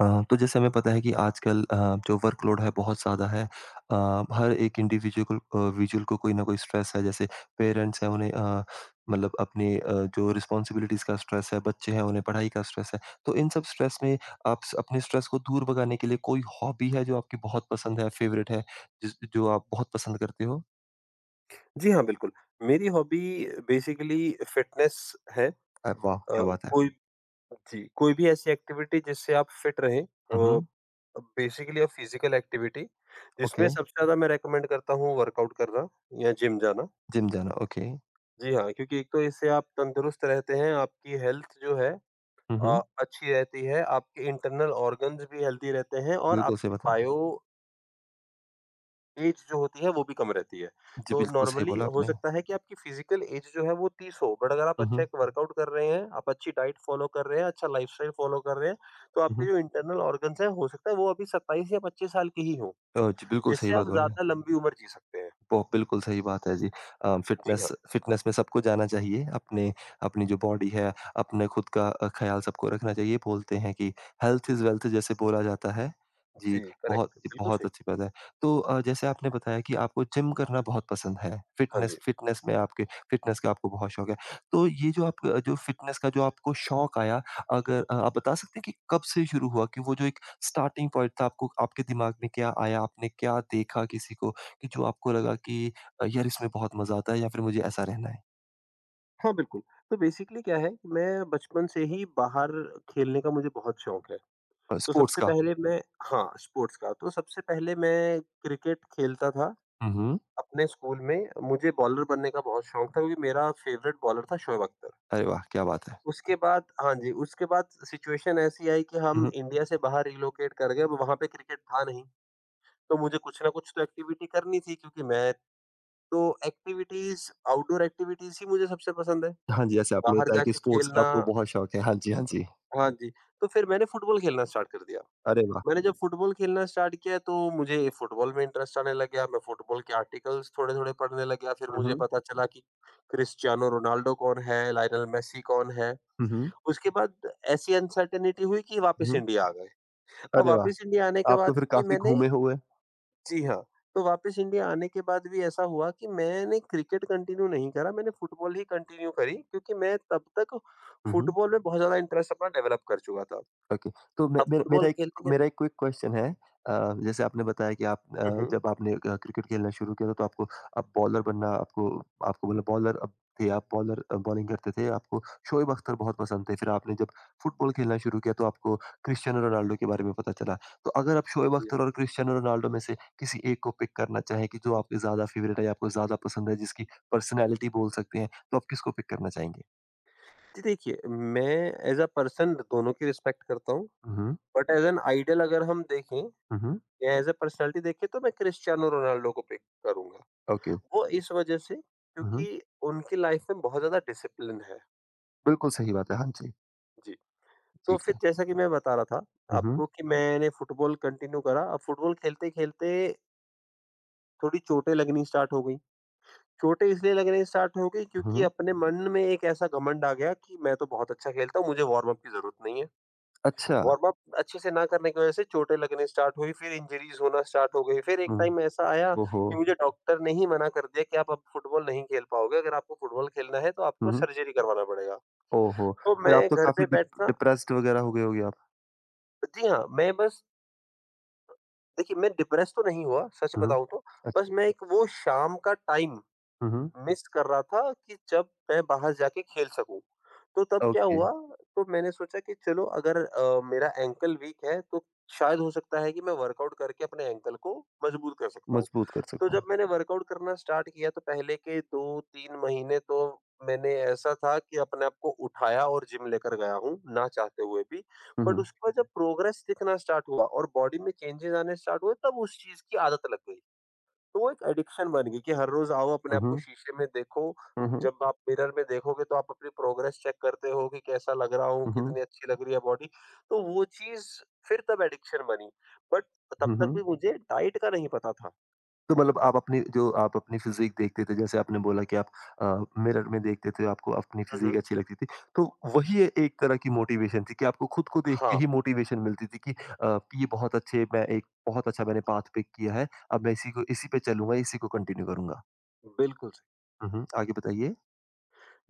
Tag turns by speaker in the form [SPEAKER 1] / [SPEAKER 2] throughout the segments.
[SPEAKER 1] तो जैसे हमें पता है कि आजकल जो वर्कलोड है बहुत ज़्यादा है। हर एक इंडिविजुअल विजुअल को कोई ना कोई स्ट्रेस है जैसे पेरेंट्स हैं उन्हें मतलब अपने जो रिस्पॉन्सिबिलिटीज़ का स्ट्रेस है, बच्चे हैं उन्हें पढ़ाई का स्ट्रेस है। तो इन सब स्ट्रेस में आप स अपने स्ट्रेस को दूर भगाने के लिए कोई हॉबी है जो आपकी बहुत पसंद है, फेवरेट है, जिस जो आप बहुत पसंद करते हो?
[SPEAKER 2] जी हाँ, बिल्कुल। मेरी हॉबी बेसिकली फिटनेस है। अ,
[SPEAKER 1] वाह! क्या बात है।
[SPEAKER 2] कोई जी, कोई भी ऐसी एक्टिविटी जिससे आप फिट रहें
[SPEAKER 1] हुँ,
[SPEAKER 2] अ,
[SPEAKER 1] हुँ।
[SPEAKER 2] बेसिकली फिज़िकल एक्टिविटी जिसमें
[SPEAKER 1] ओके।
[SPEAKER 2] सबसे ज़्यादा मैं रिकमेंड करता हूँ वर्कआउट करना या जिम जाना।
[SPEAKER 1] जिम जाना, ओके।
[SPEAKER 2] जी हाँ, क्योंकि एक तो इससे आप तंदुरुस्त रहते हैं, आपकी हेल्थ जो है
[SPEAKER 1] हुँ, हुँ।
[SPEAKER 2] अच्छी रहती है, आपके इंटरनल ऑर्गन्स भी हेल्दी रहते हैं और
[SPEAKER 1] बिल्कुल सही
[SPEAKER 2] आपकी
[SPEAKER 1] बात है।
[SPEAKER 2] बायो एज जो होती है वो भी कम रहती है।
[SPEAKER 1] जी,
[SPEAKER 2] तो
[SPEAKER 1] बिल्कुल सही
[SPEAKER 2] नॉर्मली
[SPEAKER 1] बोला
[SPEAKER 2] हो
[SPEAKER 1] आपने।
[SPEAKER 2] सकता है कि आपकी फ़िज़िकल एज जो है वो 30 हो बट अगर आप
[SPEAKER 1] हुँ,
[SPEAKER 2] अच्छा एक
[SPEAKER 1] हुँ।
[SPEAKER 2] वर्कआउट कर रहे हैं, आप अच्छी डाइट फ़ॉलो कर रहे हैं, अच्छा लाइफ़स्टाइल फ़ॉलो कर रहे हैं, तो
[SPEAKER 1] हुँ,
[SPEAKER 2] आपके
[SPEAKER 1] हुँ।
[SPEAKER 2] जो इंटरनल ऑर्गन्स हैं हो सकता है वो अभी 27 या 25 साल के ही हों,
[SPEAKER 1] जी, बिल्कुल सही
[SPEAKER 2] जिससे
[SPEAKER 1] बात
[SPEAKER 2] आप
[SPEAKER 1] बोली आप।
[SPEAKER 2] ज़्यादा लंबी उम्र जी सकते हैं।
[SPEAKER 1] वो बिल्कुल सही बात है जी।
[SPEAKER 2] जी
[SPEAKER 1] फ़िटनेस
[SPEAKER 2] हाँ।
[SPEAKER 1] फ़िटनेस में सबको जाना चाहिए। अपने अपनी जो बॉडी है, अपने खुद का ख़्याल सबको रखना चाहिए। बोलते हैं कि हेल्थ इज़ वेल्थ जैसे बोला जाता है।
[SPEAKER 2] जी,
[SPEAKER 1] जी, बहुत
[SPEAKER 2] करेक्ट बिल्कुल
[SPEAKER 1] बहुत
[SPEAKER 2] सही।
[SPEAKER 1] अच्छी बात है। तो जैसे आपने बताया कि आपको जिम करना बहुत पसंद है।
[SPEAKER 2] हाँ जी।
[SPEAKER 1] फ़िटनेस फ़िटनेस में आपके फ़िटनेस का आपको बहुत शौक है। तो ये जो आप जो फ़िटनेस का जो आपको शौक आया, अगर आप बता सकते हैं कि कब से शुरू हुआ? कि वो जो एक स्टार्टिंग पॉइंट था, आपको आपके दिमाग में क्या आया? आपने क्या देखा किसी को? कि जो आपको लगा कि यार इसमें बहुत मज़ा आता है, या फिर मुझे ऐसा रहना है?
[SPEAKER 2] हाँ, बिल्कुल। तो बेसिकली क्या है कि मैं बचपन से ही बाहर खेलने का मुझे बहुत शौक है। तो
[SPEAKER 1] स्पोर्ट्स
[SPEAKER 2] सबसे
[SPEAKER 1] का?
[SPEAKER 2] पहले मैं हाँ, स्पोर्ट्स का। तो सबसे पहले मैं क्रिकेट खेलता था
[SPEAKER 1] हुँ, हुँ।
[SPEAKER 2] अपने स्कूल में। मुझे बॉलर बनने का बहुत शौक था क्योंकि मेरा फेवरेट बॉलर था शोएब अख्तर।
[SPEAKER 1] अरे वाह! क्या बात है।
[SPEAKER 2] उसके बाद हाँ जी, उसके बाद सिचुएशन ऐसी आई कि
[SPEAKER 1] हुँ,
[SPEAKER 2] हम
[SPEAKER 1] हुँ।
[SPEAKER 2] इंडिया से बाहर रिलोकेट कर गए, वहाँ पे क्रिकेट था नहीं। तो मुझे कुछ ना कुछ तो एक्टिविटी करनी थी क्योंकि मैं तो एक्टिविटीज़ आउटडोर एक्टिविटीज़ ही मुझे सबसे पसंद है।
[SPEAKER 1] हाँ जी, जैसे आपने
[SPEAKER 2] बाहर
[SPEAKER 1] बताया कि
[SPEAKER 2] जाके
[SPEAKER 1] स्पोर्ट्स का
[SPEAKER 2] खेलना,
[SPEAKER 1] आपको बहुत शौक है। हाँ जी, हाँ जी।
[SPEAKER 2] हाँ जी, तो फिर मैंने फुटबॉल खेलना स्टार्ट कर दिया।
[SPEAKER 1] अरे वाह!
[SPEAKER 2] मैंने जब फुटबॉल खेलना स्टार्ट किया तो मुझे फुटबॉल में इंटरेस्ट आने लग गया, मैं फुटबॉल के आर्टिकल्स थोड़े-थोड़े पढ़ने लग गया, फिर
[SPEAKER 1] हुँ,
[SPEAKER 2] मुझे
[SPEAKER 1] हुँ।
[SPEAKER 2] पता चला कि क्रिस्टियानो रोनाल्डो कौन है, लायनल मेसी कौन है।
[SPEAKER 1] हुँ, हुँ।
[SPEAKER 2] उसके बाद ऐसी अनसर्टेनिटी हुई कि
[SPEAKER 1] हुँ,
[SPEAKER 2] वापस
[SPEAKER 1] हुँ।
[SPEAKER 2] इंडिया आ गए। अब
[SPEAKER 1] अरे वाह!
[SPEAKER 2] वापस इंडिया आने के
[SPEAKER 1] आप
[SPEAKER 2] बाद
[SPEAKER 1] तो फिर
[SPEAKER 2] भी
[SPEAKER 1] काफ़ी
[SPEAKER 2] मैंने
[SPEAKER 1] घूमे हुए?
[SPEAKER 2] जी हाँ, तो वापस इंडिया आने के बाद भी ऐसा हुआ कि मैंने क्रिकेट कंटिन्यू नहीं करा, मैंने फुटबॉल ही कंटिन्यू करी क्योंकि मैं तब तक
[SPEAKER 1] हुँ, हुँ।
[SPEAKER 2] फुटबॉल में बहुत ज़्यादा इंटरेस्ट अपना डेवलप कर चुका था।
[SPEAKER 1] ओके। तो मे
[SPEAKER 2] अब
[SPEAKER 1] मेरा
[SPEAKER 2] फुटबॉल खेलते-खेल
[SPEAKER 1] मेरा एक क्विक क्वेश्चन है। अ, जैसे आपने बताया कि आप
[SPEAKER 2] हुँ, हुँ।
[SPEAKER 1] जब आपने क्रिकेट खेलना शुरू किया था तो आपको अब बॉलर बनना, आपको आपको मतलब बॉलर अब थे आप, बॉलर बॉलिंग करते थे, आपको शोएब अख्तर बहुत पसंद थे। फिर आपने जब फुटबॉल खेलना शुरू किया तो आपको क्रिस्टियानो रोनाल्डो के बारे में पता चला। तो अगर आप शोएब
[SPEAKER 2] जी।
[SPEAKER 1] अख्तर और क्रिस्टियानो रोनाल्डो में से किसी एक को पिक करना चाहें, कि जो आपके ज़्यादा फेवरेट है या आपको ज़्यादा पसंद है, जिसकी पर्सनैलिटी बोल सकते हैं, तो आप किसको पिक करना चाहेंगे?
[SPEAKER 2] जी, देखिए, मैं एज़ अ पर्सन दोनों की रिस्पेक्ट करता हूँ,
[SPEAKER 1] हुँ, हुँ।
[SPEAKER 2] बट एज़ एन आइडल अगर हम देखें
[SPEAKER 1] हुँ, हुँ।
[SPEAKER 2] या एज़ अ पर्सनैलिटी देखें तो मैं क्रिस्टियानो रोनाल्डो को पिक करूँगा।
[SPEAKER 1] ओके।
[SPEAKER 2] वो इस वजह से
[SPEAKER 1] हुँ, हुँ।
[SPEAKER 2] क्योंकि उनकी लाइफ़ में बहुत ज़्यादा डिसिप्लिन है।
[SPEAKER 1] बिल्कुल सही बात है। हाँ जी।
[SPEAKER 2] जी, तो
[SPEAKER 1] ठीक
[SPEAKER 2] फिर
[SPEAKER 1] है।
[SPEAKER 2] जैसा कि मैं बता रहा था
[SPEAKER 1] हुँ, हुँ।
[SPEAKER 2] आपको कि मैंने फुटबॉल कंटिन्यू करा। अब फुटबॉल खेलते-खेलते थोड़ी चोटें लगनी स्टार्ट हो गई। चोटें इसलिए लगने स्टार्ट हो गई क्योंकि
[SPEAKER 1] हुँ।
[SPEAKER 2] अपने मन में एक ऐसा घमंड आ गया कि मैं तो बहुत अच्छा खेलता हूँ, मुझे वार्म अप की ज़रूरत नहीं है।
[SPEAKER 1] अच्छा।
[SPEAKER 2] वार्म अप अच्छे से ना करने की वजह से चोटें लगने स्टार्ट हुई, फिर इंजरीज़ होना स्टार्ट हो गई। फिर एक
[SPEAKER 1] हुँ।
[SPEAKER 2] टाइम ऐसा आया
[SPEAKER 1] ओहो!
[SPEAKER 2] कि मुझे डॉक्टर ने ही मना कर दिया कि आप अब फुटबॉल नहीं खेल पाओगे, अगर आपको फुटबॉल खेलना है तो
[SPEAKER 1] हुँ,
[SPEAKER 2] आपको
[SPEAKER 1] हुँ।
[SPEAKER 2] सर्जरी करवाना पड़ेगा।
[SPEAKER 1] ओहो!
[SPEAKER 2] तो
[SPEAKER 1] फिर आप
[SPEAKER 2] मैं
[SPEAKER 1] तो
[SPEAKER 2] घर
[SPEAKER 1] काफ़ी
[SPEAKER 2] पे बैठना
[SPEAKER 1] डिप्रेस्ड वगैरह हो गए होंगे आप?
[SPEAKER 2] जी हाँ, मैं बस देखिए, मैं डिप्रेस तो नहीं हुआ, सच
[SPEAKER 1] हुँ, हुँ।
[SPEAKER 2] बताऊँ तो,
[SPEAKER 1] अच्छा।
[SPEAKER 2] बस मैं एक वो शाम का टाइम
[SPEAKER 1] हुँ, हुँ।
[SPEAKER 2] मिस कर रहा था कि जब मैं बाहर जाके खेल सकूँ। तो तब क्या
[SPEAKER 1] ओके,
[SPEAKER 2] हुआ, तो मैंने सोचा कि चलो अगर मेरा एंकल वीक है तो शायद हो सकता है कि मैं वर्कआउट करके अपने एंकल को मजबूत कर सकता हूँ।
[SPEAKER 1] मजबूत कर
[SPEAKER 2] तो
[SPEAKER 1] सको।
[SPEAKER 2] जब मैंने वर्कआउट करना स्टार्ट किया तो पहले के 2-3 महीने तो मैंने ऐसा था कि अपने आप को उठाया और जिम लेकर गया हूँ, ना चाहते हुए भी।
[SPEAKER 1] हुँ,
[SPEAKER 2] बट
[SPEAKER 1] हुँ।
[SPEAKER 2] उसके बाद जब प्रोग्रेस दिखना स्टार्ट हुआ और बॉडी में चेंजेज़ आने स्टार्ट हुए तब उस चीज़ की आदत लग गई। तो वो एक एडिक्शन बन गई कि हर रोज आओ अपने
[SPEAKER 1] हुँ,
[SPEAKER 2] आप को
[SPEAKER 1] हुँ।
[SPEAKER 2] शीशे में देखो।
[SPEAKER 1] हुँ, हुँ।
[SPEAKER 2] जब आप मिरर में देखोगे तो आप अपनी प्रोग्रेस चेक करते हो कि कैसा लग रहा हूँ,
[SPEAKER 1] हुँ, हुँ।
[SPEAKER 2] कितनी अच्छी लग रही है बॉडी। तो वो चीज़ फिर तब एडिक्शन बनी। बट तब
[SPEAKER 1] हुँ,
[SPEAKER 2] तक
[SPEAKER 1] हुँ।
[SPEAKER 2] भी मुझे डाइट का नहीं पता था।
[SPEAKER 1] तो मतलब आप अपनी जो आप अपनी फ़िज़ीक देखते थे, जैसे आपने बोला कि आप मिरर में देखते थे, आपको अपनी
[SPEAKER 2] हुँ,
[SPEAKER 1] फ़िज़ीक
[SPEAKER 2] हुँ।
[SPEAKER 1] अच्छी लगती थी। तो वही ए एक तरह की मोटिवेशन थी कि आपको खुद को देख के
[SPEAKER 2] हाँ,
[SPEAKER 1] ही मोटिवेशन मिलती थी कि ये बहुत अच्छे, मैं एक बहुत अच्छा मैंने पाथ पिक किया है, अब मैं इसी को इसी पे चलूँगा, इसी को कंटिन्यू करूँगा।
[SPEAKER 2] बिल्कुल।
[SPEAKER 1] हुँ, हुँ, आगे बताइए?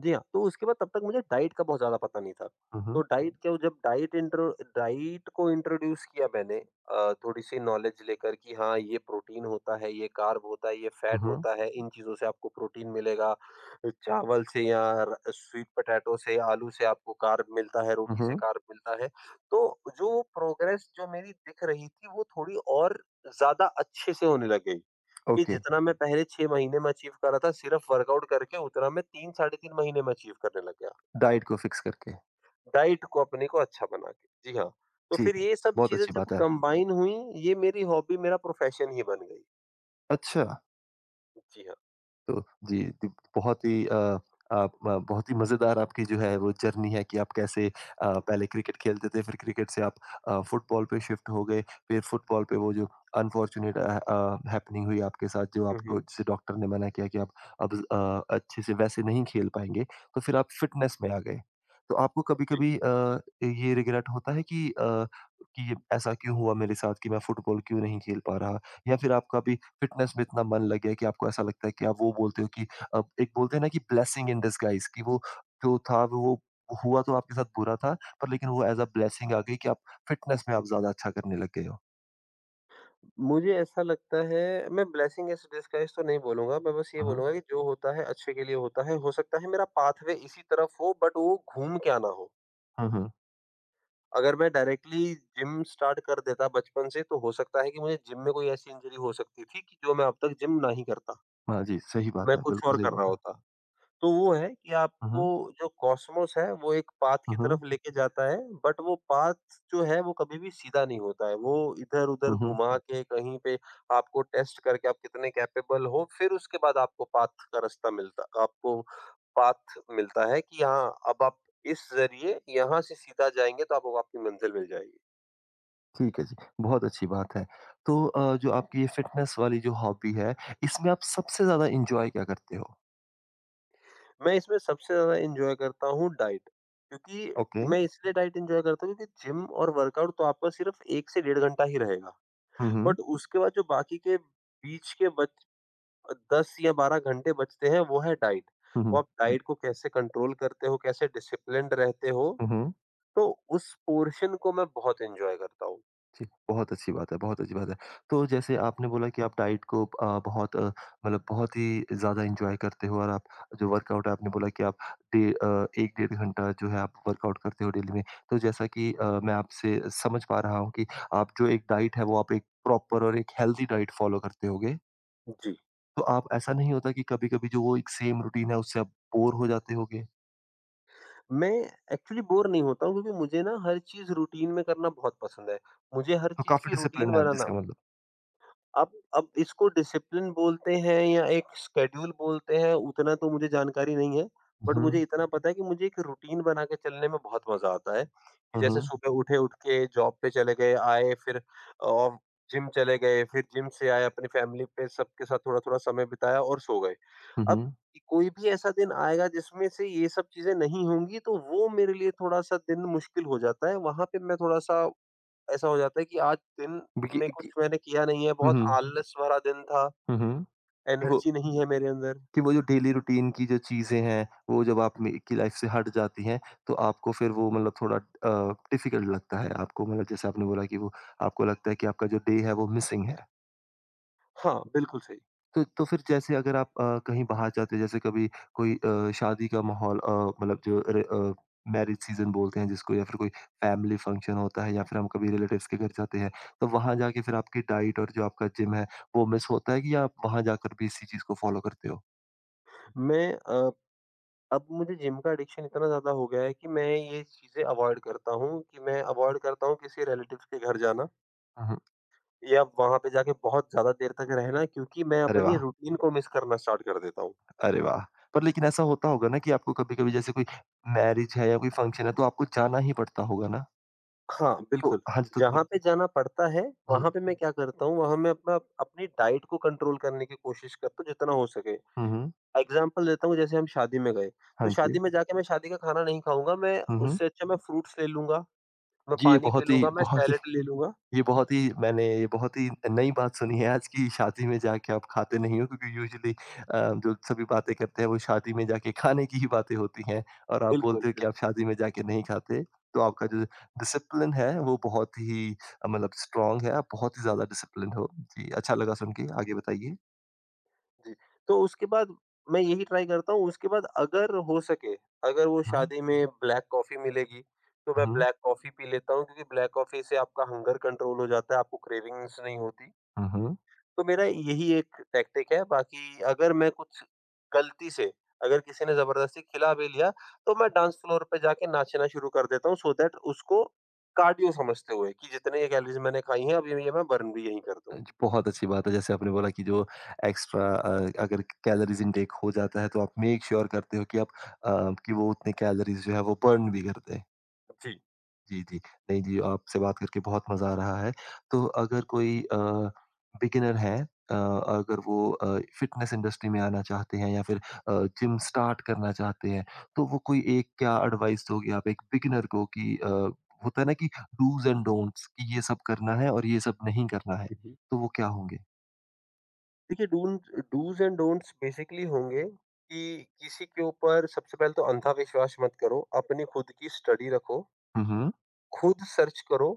[SPEAKER 2] जी हाँ, तो उसके बाद तब तक मुझे डाइट का बहुत ज़्यादा पता नहीं था।
[SPEAKER 1] हुँ,
[SPEAKER 2] तो
[SPEAKER 1] हुँ।
[SPEAKER 2] डाइट क्या जब डाइट इंट्रो डाइट को इंट्रोड्यूस किया मैंने थोड़ी-सी नॉलेज लेकर कि हाँ, ये प्रोटीन होता है, ये कार्ब होता है, ये
[SPEAKER 1] हुँ,
[SPEAKER 2] फैट
[SPEAKER 1] हुँ।
[SPEAKER 2] होता है, इन चीज़ों से आपको प्रोटीन मिलेगा। चावल से या र स्वीट पोटैटो से, आलू से आपको कार्ब मिलता है,
[SPEAKER 1] हुँ,
[SPEAKER 2] रोटी से
[SPEAKER 1] हुँ।
[SPEAKER 2] कार्ब मिलता है। तो जो प्रोग्रेस जो मेरी दिख रही थी, वो थोड़ी और ज़्यादा अच्छे से होने लग गई। कि
[SPEAKER 1] ओके,
[SPEAKER 2] जितना मैं पहले 6 महीने में अचीव कर रहा था सिर्फ़ वर्कआउट करके उतना मैं 3 साढ़े 3 महीने में अचीव करने लग गया,
[SPEAKER 1] डाइट को फिक्स करके।
[SPEAKER 2] डाइट को अपने को अच्छा बना के। जी हाँ, तो
[SPEAKER 1] ठीक
[SPEAKER 2] फिर
[SPEAKER 1] है,
[SPEAKER 2] ये सब
[SPEAKER 1] बहुत
[SPEAKER 2] चीज़ें
[SPEAKER 1] अच्छी
[SPEAKER 2] जब
[SPEAKER 1] बात है।
[SPEAKER 2] कंबाइन हुई, ये मेरी हॉबी मेरा प्रोफ़ेशन ही बन गई।
[SPEAKER 1] अच्छा।
[SPEAKER 2] जी हाँ।
[SPEAKER 1] तो जी, जी, बहुत ही आप बहुत ही मज़ेदार आपकी जो है वो जर्नी है कि आप कैसे पहले क्रिकेट खेलते थे, फिर क्रिकेट से आप फुटबॉल पे शिफ्ट हो गए, फिर फुटबॉल पे वो जो अनफॉर्च्यूनेट हैपनिंग हुई आपके साथ, जो
[SPEAKER 2] हुँ,
[SPEAKER 1] आपको
[SPEAKER 2] हुँ।
[SPEAKER 1] जिसे डॉक्टर ने मना किया कि आप अब अच्छे से वैसे नहीं खेल पाएँगे, तो फिर आप फिटनेस में आ गए। तो आपको
[SPEAKER 2] जी।
[SPEAKER 1] कभी-कभी ये रिग्रेट होता है कि कि ये ऐसा क्यों हुआ मेरे साथ, कि मैं फुटबॉल क्यों नहीं खेल पा रहा? या फिर आप कभी फिटनेस में इतना मन लग गया कि आपको ऐसा लगता है कि आप वो बोलते हो कि एक बोलते हैं ना कि ब्लेसिंग इन डिसगाइज, कि वो जो था वो हुआ तो आपके साथ बुरा था, पर लेकिन वो एज़ अ ब्लेसिंग आ गई कि आप फिटनेस में आप ज़्यादा अच्छा करने लग गए हो।
[SPEAKER 2] मुझे ऐसा लगता है मैं ब्लेसिंग इन डिस्गाइज़ तो नहीं बोलूँगा, मैं बस ये
[SPEAKER 1] हुँ, हुँ।
[SPEAKER 2] बोलूँगा कि जो होता है अच्छे के लिए होता है, हो सकता है मेरा पाथवे इसी तरफ हो बट वो घूम के आना हो।
[SPEAKER 1] हुँ, हुँ।
[SPEAKER 2] अगर मैं डायरेक्टली जिम स्टार्ट कर देता बचपन से तो हो सकता है कि मुझे जिम में कोई ऐसी इंजरी हो सकती थी कि जो मैं अब तक जिम नहीं करता,
[SPEAKER 1] हाँ जी, सही
[SPEAKER 2] मैं
[SPEAKER 1] बात है,
[SPEAKER 2] कुछ और
[SPEAKER 1] बिल्कुल सही
[SPEAKER 2] कर रहा
[SPEAKER 1] बात है।
[SPEAKER 2] होता। तो वो है कि
[SPEAKER 1] हुँ,
[SPEAKER 2] आपको
[SPEAKER 1] हुँ।
[SPEAKER 2] जो कॉस्मोस है वो एक पाथ की
[SPEAKER 1] हुँ,
[SPEAKER 2] तरफ
[SPEAKER 1] हुँ।
[SPEAKER 2] लेके जाता है, बट वो पाथ जो है वो कभी भी सीधा नहीं होता है। वो इधर-उधर
[SPEAKER 1] हुँ, हुँ।
[SPEAKER 2] घुमा के कहीं पे आपको टेस्ट करके आप कितने कैपेबल हो, फिर उसके बाद आपको पाथ मिलता है कि हाँ, अब आप इस ज़रिए यहाँ से सीधा जाएँगे तो आपको आपकी मंज़िल मिल जाएगी।
[SPEAKER 1] ठीक है जी, बहुत अच्छी बात है। तो जो आपकी ये फिटनेस वाली जो हॉबी है, इसमें आप सबसे ज़्यादा एन्जॉय क्या करते हो?
[SPEAKER 2] मैं इसमें सबसे ज़्यादा एन्जॉय करता हूँ डाइट।
[SPEAKER 1] ओके।
[SPEAKER 2] क्योंकि मैं इसलिए डाइट एन्जॉय करता हूँ क्योंकि जिम और वर्कआउट तो आपका सिर्फ़ 1 से डेढ़ घंटा ही रहेगा।
[SPEAKER 1] हुँ, हुँ।
[SPEAKER 2] बट उसके बाद जो बाकी के बीच के बच 10 या 12 घंटे बचते हैं वो है डाइट।
[SPEAKER 1] हुँ,
[SPEAKER 2] वो
[SPEAKER 1] हुँ।
[SPEAKER 2] आप डाइट को कैसे कंट्रोल करते हो, कैसे डिसिप्लिन्ड रहते हो,
[SPEAKER 1] हुँ, हुँ।
[SPEAKER 2] तो उस पोर्शन को मैं बहुत एन्जॉय करता हूँ।
[SPEAKER 1] जी, बहुत अच्छी बात है, बहुत अच्छी बात है। तो जैसे आपने बोला कि आप डाइट को बहुत मतलब बहुत ही ज़्यादा एन्जॉय करते हो, और आप जो वर्कआउट है आपने बोला कि आप डे अ, 1 डेढ़ घंटा जो है आप वर्कआउट करते हो डेली में। तो जैसा कि मैं आपसे समझ पा रहा हूँ कि आप जो एक डाइट है वो आप एक प्रॉपर और एक हेल्दी डाइट फ़ॉलो करते होगे।
[SPEAKER 2] जी।
[SPEAKER 1] तो आप ऐसा नहीं होता कि कभी-कभी जो वो एक सेम रूटीन है उससे आप बोर हो जाते होगे?
[SPEAKER 2] मैं एक्चुअली बोर नहीं होता हूँ क्योंकि मुझे ना हर चीज़ रूटीन में करना बहुत पसंद है। मुझे हर
[SPEAKER 1] तो
[SPEAKER 2] चीज़
[SPEAKER 1] काफ़ी
[SPEAKER 2] की रूटीन
[SPEAKER 1] डिसिप्लिन्ड है आप,
[SPEAKER 2] बनाना
[SPEAKER 1] जिसका मतलब।
[SPEAKER 2] अब इसको डिसिप्लिन बोलते हैं या एक शेड्यूल बोलते हैं उतना तो मुझे जानकारी नहीं है। बट
[SPEAKER 1] हुँ,
[SPEAKER 2] मुझे इतना पता है कि मुझे एक रूटीन बना के चलने में बहुत मज़ा आता है, कि
[SPEAKER 1] हुँ।
[SPEAKER 2] जैसे
[SPEAKER 1] हुँ,
[SPEAKER 2] सुबह उठे उठ के जॉब पे चले गए, आए फिर जिम चले गए, फिर जिम से आए अपनी फैमिली पे सबके साथ थोड़ा-थोड़ा समय बिताया और सो गए।
[SPEAKER 1] हुँ।
[SPEAKER 2] अब
[SPEAKER 1] हुँ।
[SPEAKER 2] कोई भी ऐसा दिन आएगा जिसमें से ये सब चीज़ें नहीं होंगी तो वो मेरे लिए थोड़ा-सा दिन मुश्किल हो जाता है, वहाँ पे मैं थोड़ा-सा ऐसा हो जाता है कि आज दिन में
[SPEAKER 1] देखिए
[SPEAKER 2] कुछ
[SPEAKER 1] कि
[SPEAKER 2] मैंने किया नहीं है,
[SPEAKER 1] हुँ,
[SPEAKER 2] बहुत
[SPEAKER 1] हुँ।
[SPEAKER 2] आलस भरा दिन था,
[SPEAKER 1] हुँ, हुँ। वो
[SPEAKER 2] एनर्जी नहीं है मेरे अंदर।
[SPEAKER 1] वो जो डेली रूटीन की जो चीज़ें हैं, वो जब आप में की लाइफ से हट जाती हैं, तो आपको फिर वो मतलब थोड़ा डिफ़िकल्ट लगता है आपको, मतलब जैसे आपने बोला कि वो आपको लगता है कि आपका जो डे है वो मिसिंग है।
[SPEAKER 2] हाँ, बिल्कुल सही।
[SPEAKER 1] तो फिर जैसे अगर आप कहीं बाहर जाते हैं, जैसे कभी कोई शादी का माहौल, मतलब जो अरे मैरिज सीज़न बोलते हैं जिसको, या फिर कोई फैमिली फंक्शन होता है, या फिर हम कभी रिलेटिव्स के घर जाते हैं, तो वहाँ जाके फिर आपकी डाइट और जो आपका जिम है, वो मिस होता है, कि आप वहाँ जाकर भी इसी चीज़ को फ़ॉलो करते हो?
[SPEAKER 2] मैं अ, अब मुझे जिम का एडिक्शन इतना ज़्यादा हो गया है कि मैं ये चीज़ें अवॉइड करता हूँ कि मैं अवॉइड करता हूँ किसी रिलेटिव्स के घर जाना
[SPEAKER 1] हुँ, हुँ।
[SPEAKER 2] या वहाँ पे जाके बहुत ज़्यादा देर तक रहना, क्योंकि मैं
[SPEAKER 1] अरे
[SPEAKER 2] अपनी
[SPEAKER 1] वाह!
[SPEAKER 2] रूटीन को मिस करना स्टार्ट कर देता हूँ।
[SPEAKER 1] अरे वाह! पर लेकिन ऐसा होता होगा ना कि आपको कभी-कभी जैसे कोई मैरिज है या कोई फंक्शन है तो आपको जाना ही पड़ता होगा ना?
[SPEAKER 2] हाँ,
[SPEAKER 1] तो
[SPEAKER 2] बिल्कुल।
[SPEAKER 1] हाँ जी, तो तब
[SPEAKER 2] जहाँ पे जाना पड़ता है,
[SPEAKER 1] हुँ,
[SPEAKER 2] वहाँ पे मैं क्या करता हूँ, वहाँ मैं अपना अपनी डाइट को कंट्रोल करने की कोशिश करता हूँ जितना हो सके।
[SPEAKER 1] हुँ। हुँ।
[SPEAKER 2] एग्ज़ाम्पल देता हूँ, जैसे हम शादी में गए, तो
[SPEAKER 1] हाँ
[SPEAKER 2] शादी
[SPEAKER 1] जी।
[SPEAKER 2] में जाके मैं शादी का खाना नहीं खाऊँगा, मैं
[SPEAKER 1] हुँ, हुँ।
[SPEAKER 2] उससे अच्छा मैं फ्रूट्स ले लूँगा, मैं
[SPEAKER 1] जी, ये
[SPEAKER 2] पानी पी लूँगा, मैं
[SPEAKER 1] बहुत ही
[SPEAKER 2] सैलेड ले लूँगा।
[SPEAKER 1] ये बहुत ही मैंने ये बहुत ही नई बात सुनी है आज की शादी में जाके आप खाते नहीं हो, क्योंकि यूजुअली जो सभी बातें करते हैं वो शादी में जाके खाने की ही बातें होती हैं, और आप
[SPEAKER 2] बिल्कुल,
[SPEAKER 1] बोलते हो कि आप
[SPEAKER 2] बिल्कुल।
[SPEAKER 1] शादी में जाके नहीं खाते। तो आपका जो डिसिप्लिन है वो बहुत ही मतलब स्ट्रॉन्ग है, आप बहुत ही ज़्यादा डिसिप्लिन्ड हो। जी, अच्छा लगा सुन के, आगे बताइए।
[SPEAKER 2] जी, तो उसके बाद मैं यही ट्राई करता हूँ, उसके बाद अगर हो सके, अगर वो
[SPEAKER 1] हाँ।
[SPEAKER 2] शादी में ब्लैक कॉफ़ी मिलेगी, तो मैं
[SPEAKER 1] हुँ,
[SPEAKER 2] ब्लैक कॉफ़ी पी लेता हूँ, क्योंकि ब्लैक कॉफ़ी से आपका हंगर कंट्रोल हो जाता है, आपको क्रेविंग्स नहीं होती।
[SPEAKER 1] हुँ। हुँ।
[SPEAKER 2] तो मेरा यही एक टैक्टिक है, बाकी अगर मैं कुछ गलती से, अगर किसी ने ज़बरदस्ती खिला भी लिया, तो मैं डांस फ्लोर पे जाके नाचना शुरू कर देता हूँ सो दैट उसको कार्डियो समझते हुए कि जितने ये कैलोरीज़ मैंने खाई हैं, अब ये मैं बर्न भी यहीं कर दूँ।
[SPEAKER 1] अ, ज बहुत अच्छी बात है, जैसे आपने बोला कि जो एक्स्ट्रा अगर कैलोरीज़ इनटेक हो जाता है तो आप मेक श्योर करते हो कि आप, अ, कि वो उतनी कैलोरीज़ जो है वो बर्न भी कर दें।
[SPEAKER 2] जी।
[SPEAKER 1] जी, जी। नहीं जी, आपसे बात करके बहुत मज़ा आ रहा है। तो अगर कोई बिगिनर है, अगर वो फ़िटनेस इंडस्ट्री में आना चाहते हैं, या फिर अ, जिम स्टार्ट करना चाहते हैं, तो वो कोई एक क्या एडवाइस दोगे आप एक बिगिनर को, कि होता है ना कि डूज़ एंड डोंट्स, कि ये सब करना है और ये सब नहीं करना है,
[SPEAKER 2] हुँ, हुँ।
[SPEAKER 1] तो वो क्या होंगे?
[SPEAKER 2] देखिए, डून डूज़ एंड डोंट्स बेसिकली होंगे कि किसी के ऊपर सबसे पहले तो अंधा विश्वास मत करो, अपनी खुद की स्टडी रखो,
[SPEAKER 1] हुँ, हुँ।
[SPEAKER 2] खुद सर्च करो,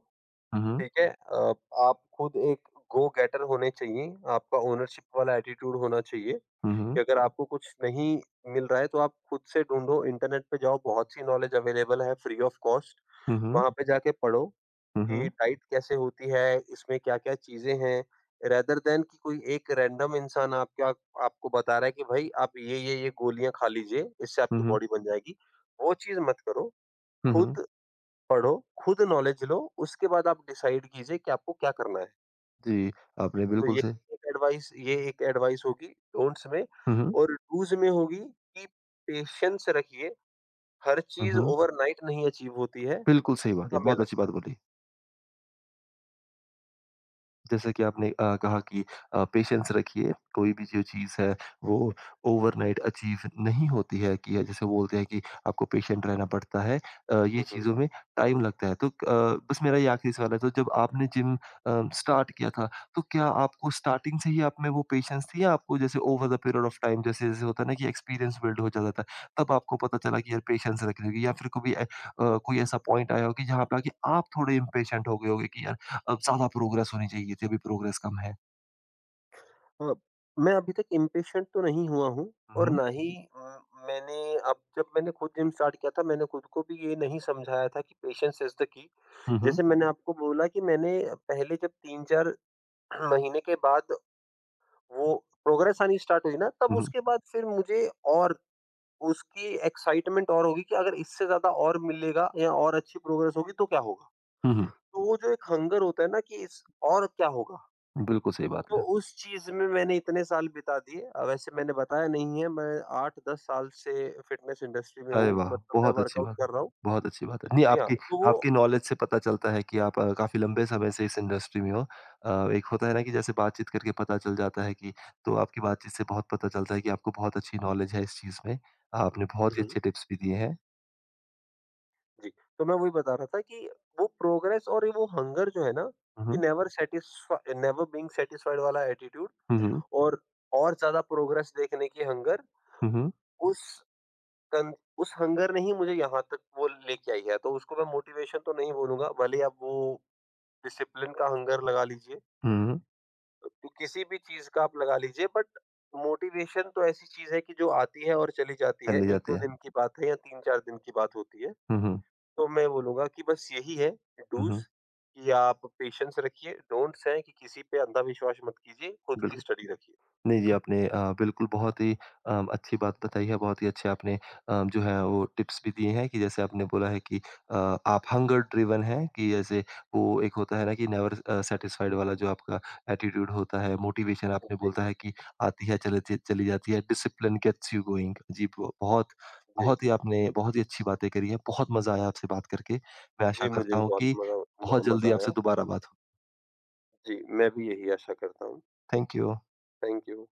[SPEAKER 1] हुँ, हुँ।
[SPEAKER 2] ठीक है? आप खुद एक गो गेटर होने चाहिए, आपका ओनरशिप वाला एटीट्यूड होना चाहिए
[SPEAKER 1] हुँ,
[SPEAKER 2] कि
[SPEAKER 1] हुँ।
[SPEAKER 2] अगर आपको कुछ नहीं मिल रहा है तो आप खुद से ढूँढो, इंटरनेट पे जाओ, बहुत सी नॉलेज अवेलेबल है फ्री ऑफ कॉस्ट।
[SPEAKER 1] हुँ, हुँ।
[SPEAKER 2] वहाँ पे जाके पढ़ो
[SPEAKER 1] हुँ,
[SPEAKER 2] कि
[SPEAKER 1] हुँ।
[SPEAKER 2] डाइट कैसे होती है, इसमें क्या-क्या चीज़ें हैं, रेदर दैन कि कोई एक रैंडम इंसान आपके आप क्या आपको बता रहा है कि भाई आप ये गोलियाँ खा लीजिए, इससे
[SPEAKER 1] हुँ,
[SPEAKER 2] आपकी
[SPEAKER 1] हुँ।
[SPEAKER 2] बॉडी बन जाएगी। वो चीज़ मत करो,
[SPEAKER 1] हुँ, हुँ।
[SPEAKER 2] खुद पढ़ो, खुद नॉलेज लो, उसके बाद आप डिसाइड कीजिए कि आपको क्या करना है।
[SPEAKER 1] जी, आपने
[SPEAKER 2] तो
[SPEAKER 1] बिल्कुल
[SPEAKER 2] ये
[SPEAKER 1] सही
[SPEAKER 2] एक एडवाइस ये एक एडवाइस होगी डोंट्स में,
[SPEAKER 1] हुँ, हुँ।
[SPEAKER 2] और डूज़ में होगी कि पेशेंस रखिए, हर
[SPEAKER 1] हुँ,
[SPEAKER 2] चीज़
[SPEAKER 1] हुँ।
[SPEAKER 2] ओवरनाइट नहीं अचीव होती है,
[SPEAKER 1] बिल्कुल सही बात है,
[SPEAKER 2] समय
[SPEAKER 1] बहुत अच्छी
[SPEAKER 2] लगता
[SPEAKER 1] बात
[SPEAKER 2] है।
[SPEAKER 1] बोली। जैसे कि आपने कहा कि पेशेंस रखिए, कोई भी जो चीज़ है वो ओवरनाइट अचीव नहीं होती है, कि जैसे बोलते हैं कि आपको पेशेंट रहना पड़ता है। ये
[SPEAKER 2] हुँ, हुँ।
[SPEAKER 1] चीज़ों में टाइम लगता है। तो बस मेरा ये आखिरी सवाल है, तो जब आपने जिम स्टार्ट किया था, तो क्या आपको स्टार्टिंग से ही आप में वो पेशेंस थी, या आपको जैसे over the period of time जैसे-जैसे होता है ना कि एक्सपीरियंस बिल्ड हो जाता था, तब आपको पता चला कि यार पेशेंस रखनी होगी, या फिर कभी कोई ऐसा पॉइंट आया हो कि जहाँ पे आके आप थोड़े इम्पेशेंट हो गए होगे कि यार अब ज़्यादा प्रोग्रेस होनी चाहिए थी, अभी प्रोग्रेस कम है।
[SPEAKER 2] अ, मैं अभी तक इम्पेशेंट तो नहीं हुआ हूँ और
[SPEAKER 1] हुँ।
[SPEAKER 2] ना ही अ, मैंने अब जब मैंने खुद जिम स्टार्ट किया था, मैंने खुद को भी ये नहीं समझाया था कि पेशेंस इज़ द की।
[SPEAKER 1] हुँ, हुँ।
[SPEAKER 2] जैसे मैंने आपको बोला कि मैंने पहले जब 3-4 महीने के बाद वो प्रोग्रेस आनी स्टार्ट हुई ना, तब
[SPEAKER 1] हुँ, हुँ।
[SPEAKER 2] उसके बाद फिर मुझे और उसकी एक्साइटमेंट और होगी कि अगर इससे ज़्यादा और मिलेगा या और अच्छी प्रोग्रेस होगी तो क्या होगा?
[SPEAKER 1] हुँ, हुँ।
[SPEAKER 2] तो वो जो एक हंगर होता है ना कि इस और क्या होगा?
[SPEAKER 1] बिल्कुल सही बात
[SPEAKER 2] तो
[SPEAKER 1] है।
[SPEAKER 2] उस चीज़ में मैंने इतने साल बिता दिए, वैसे मैंने बताया नहीं है, मैं 8-10 साल से फ़िटनेस इंडस्ट्री में
[SPEAKER 1] अरे
[SPEAKER 2] हूँ,
[SPEAKER 1] वाह!
[SPEAKER 2] मतलब मैं
[SPEAKER 1] बहुत अच्छी
[SPEAKER 2] वर्कआउट
[SPEAKER 1] बात है,
[SPEAKER 2] कर रहा हूँ।
[SPEAKER 1] बहुत अच्छी बात है। नहीं
[SPEAKER 2] जी हाँ,
[SPEAKER 1] आपकी
[SPEAKER 2] तो वो
[SPEAKER 1] आपकी नॉलेज से पता चलता है कि आप काफ़ी लंबे समय से इस इंडस्ट्री में हो। एक होता है ना कि जैसे बातचीत करके पता चल जाता है कि, तो आपकी बातचीत से बहुत पता चलता है कि आपको बहुत अच्छी नॉलेज है इस चीज़ में। आपने
[SPEAKER 2] हुँ,
[SPEAKER 1] बहुत ही
[SPEAKER 2] हुँ,
[SPEAKER 1] अच्छे टिप्स भी दिए हैं।
[SPEAKER 2] जी। तो मैं वही बता रहा था कि वो प्रोग्रेस और ये वो हंगर जो है ना,
[SPEAKER 1] हुँ,
[SPEAKER 2] कि
[SPEAKER 1] हुँ।
[SPEAKER 2] नेवर बीइंग सैटिस्फाइड वाला एटीट्यूड
[SPEAKER 1] हुँ, हुँ।
[SPEAKER 2] और और ज़्यादा प्रोग्रेस देखने की हंगर,
[SPEAKER 1] हुँ,
[SPEAKER 2] उस कन उस हंगर ने ही मुझे यहाँ तक वो लेके आई है, तो उसको मैं मोटिवेशन तो नहीं बोलूँगा, भले ही आप वो डिसिप्लिन का हंगर लगा लीजिए,
[SPEAKER 1] हुँ। हुँ,
[SPEAKER 2] तो किसी भी चीज़ का आप लगा लीजिए, बट मोटिवेशन तो ऐसी चीज़ है कि जो आती है और चली जाती
[SPEAKER 1] कर
[SPEAKER 2] है,
[SPEAKER 1] ली जाती
[SPEAKER 2] 1-2
[SPEAKER 1] है।
[SPEAKER 2] दिन की बात है या 3-4 दिन की बात होती है।
[SPEAKER 1] हुँ, हुँ।
[SPEAKER 2] तो मैं बोलूँगा कि बस यही है
[SPEAKER 1] हुँ,
[SPEAKER 2] डूज़
[SPEAKER 1] हुँ।
[SPEAKER 2] कि आप पेशेंस रखिए, डोंट्स हैं कि किसी पे अंधविश्वास मत कीजिए, खुद की
[SPEAKER 1] बिल्कुल।
[SPEAKER 2] स्टडी रखिए।
[SPEAKER 1] नहीं जी, आपने बिल्कुल बहुत ही अच्छी बात बताई है, बहुत ही अच्छे आपने जो है वो टिप्स भी दिए हैं, कि जैसे आपने बोला है कि अ, आप हंगर ड्रिवन हैं, कि जैसे वो एक होता है ना कि नेवर सैटिस्फाइड वाला जो आपका एटीट्यूड होता है, मोटिवेशन आपने
[SPEAKER 2] जी,
[SPEAKER 1] बोलता है कि आती है चले च चली जाती है, डिसिप्लिन गेट्स यू गोइंग जी, ब बहुत
[SPEAKER 2] जी।
[SPEAKER 1] बहुत ही आपने बहुत ही अच्छी बातें करी हैं, बहुत मज़ा आया आपसे बात करके। मैं आशा
[SPEAKER 2] जी, मुझे
[SPEAKER 1] करता
[SPEAKER 2] भी
[SPEAKER 1] हूँ
[SPEAKER 2] बहुत
[SPEAKER 1] कि
[SPEAKER 2] मज़ा
[SPEAKER 1] बहुत
[SPEAKER 2] म
[SPEAKER 1] जल्दी
[SPEAKER 2] मज़ा
[SPEAKER 1] आपसे
[SPEAKER 2] आया।
[SPEAKER 1] दोबारा बात हो।
[SPEAKER 2] जी, मैं भी यही आशा करता हूँ।
[SPEAKER 1] Thank you.
[SPEAKER 2] Thank you.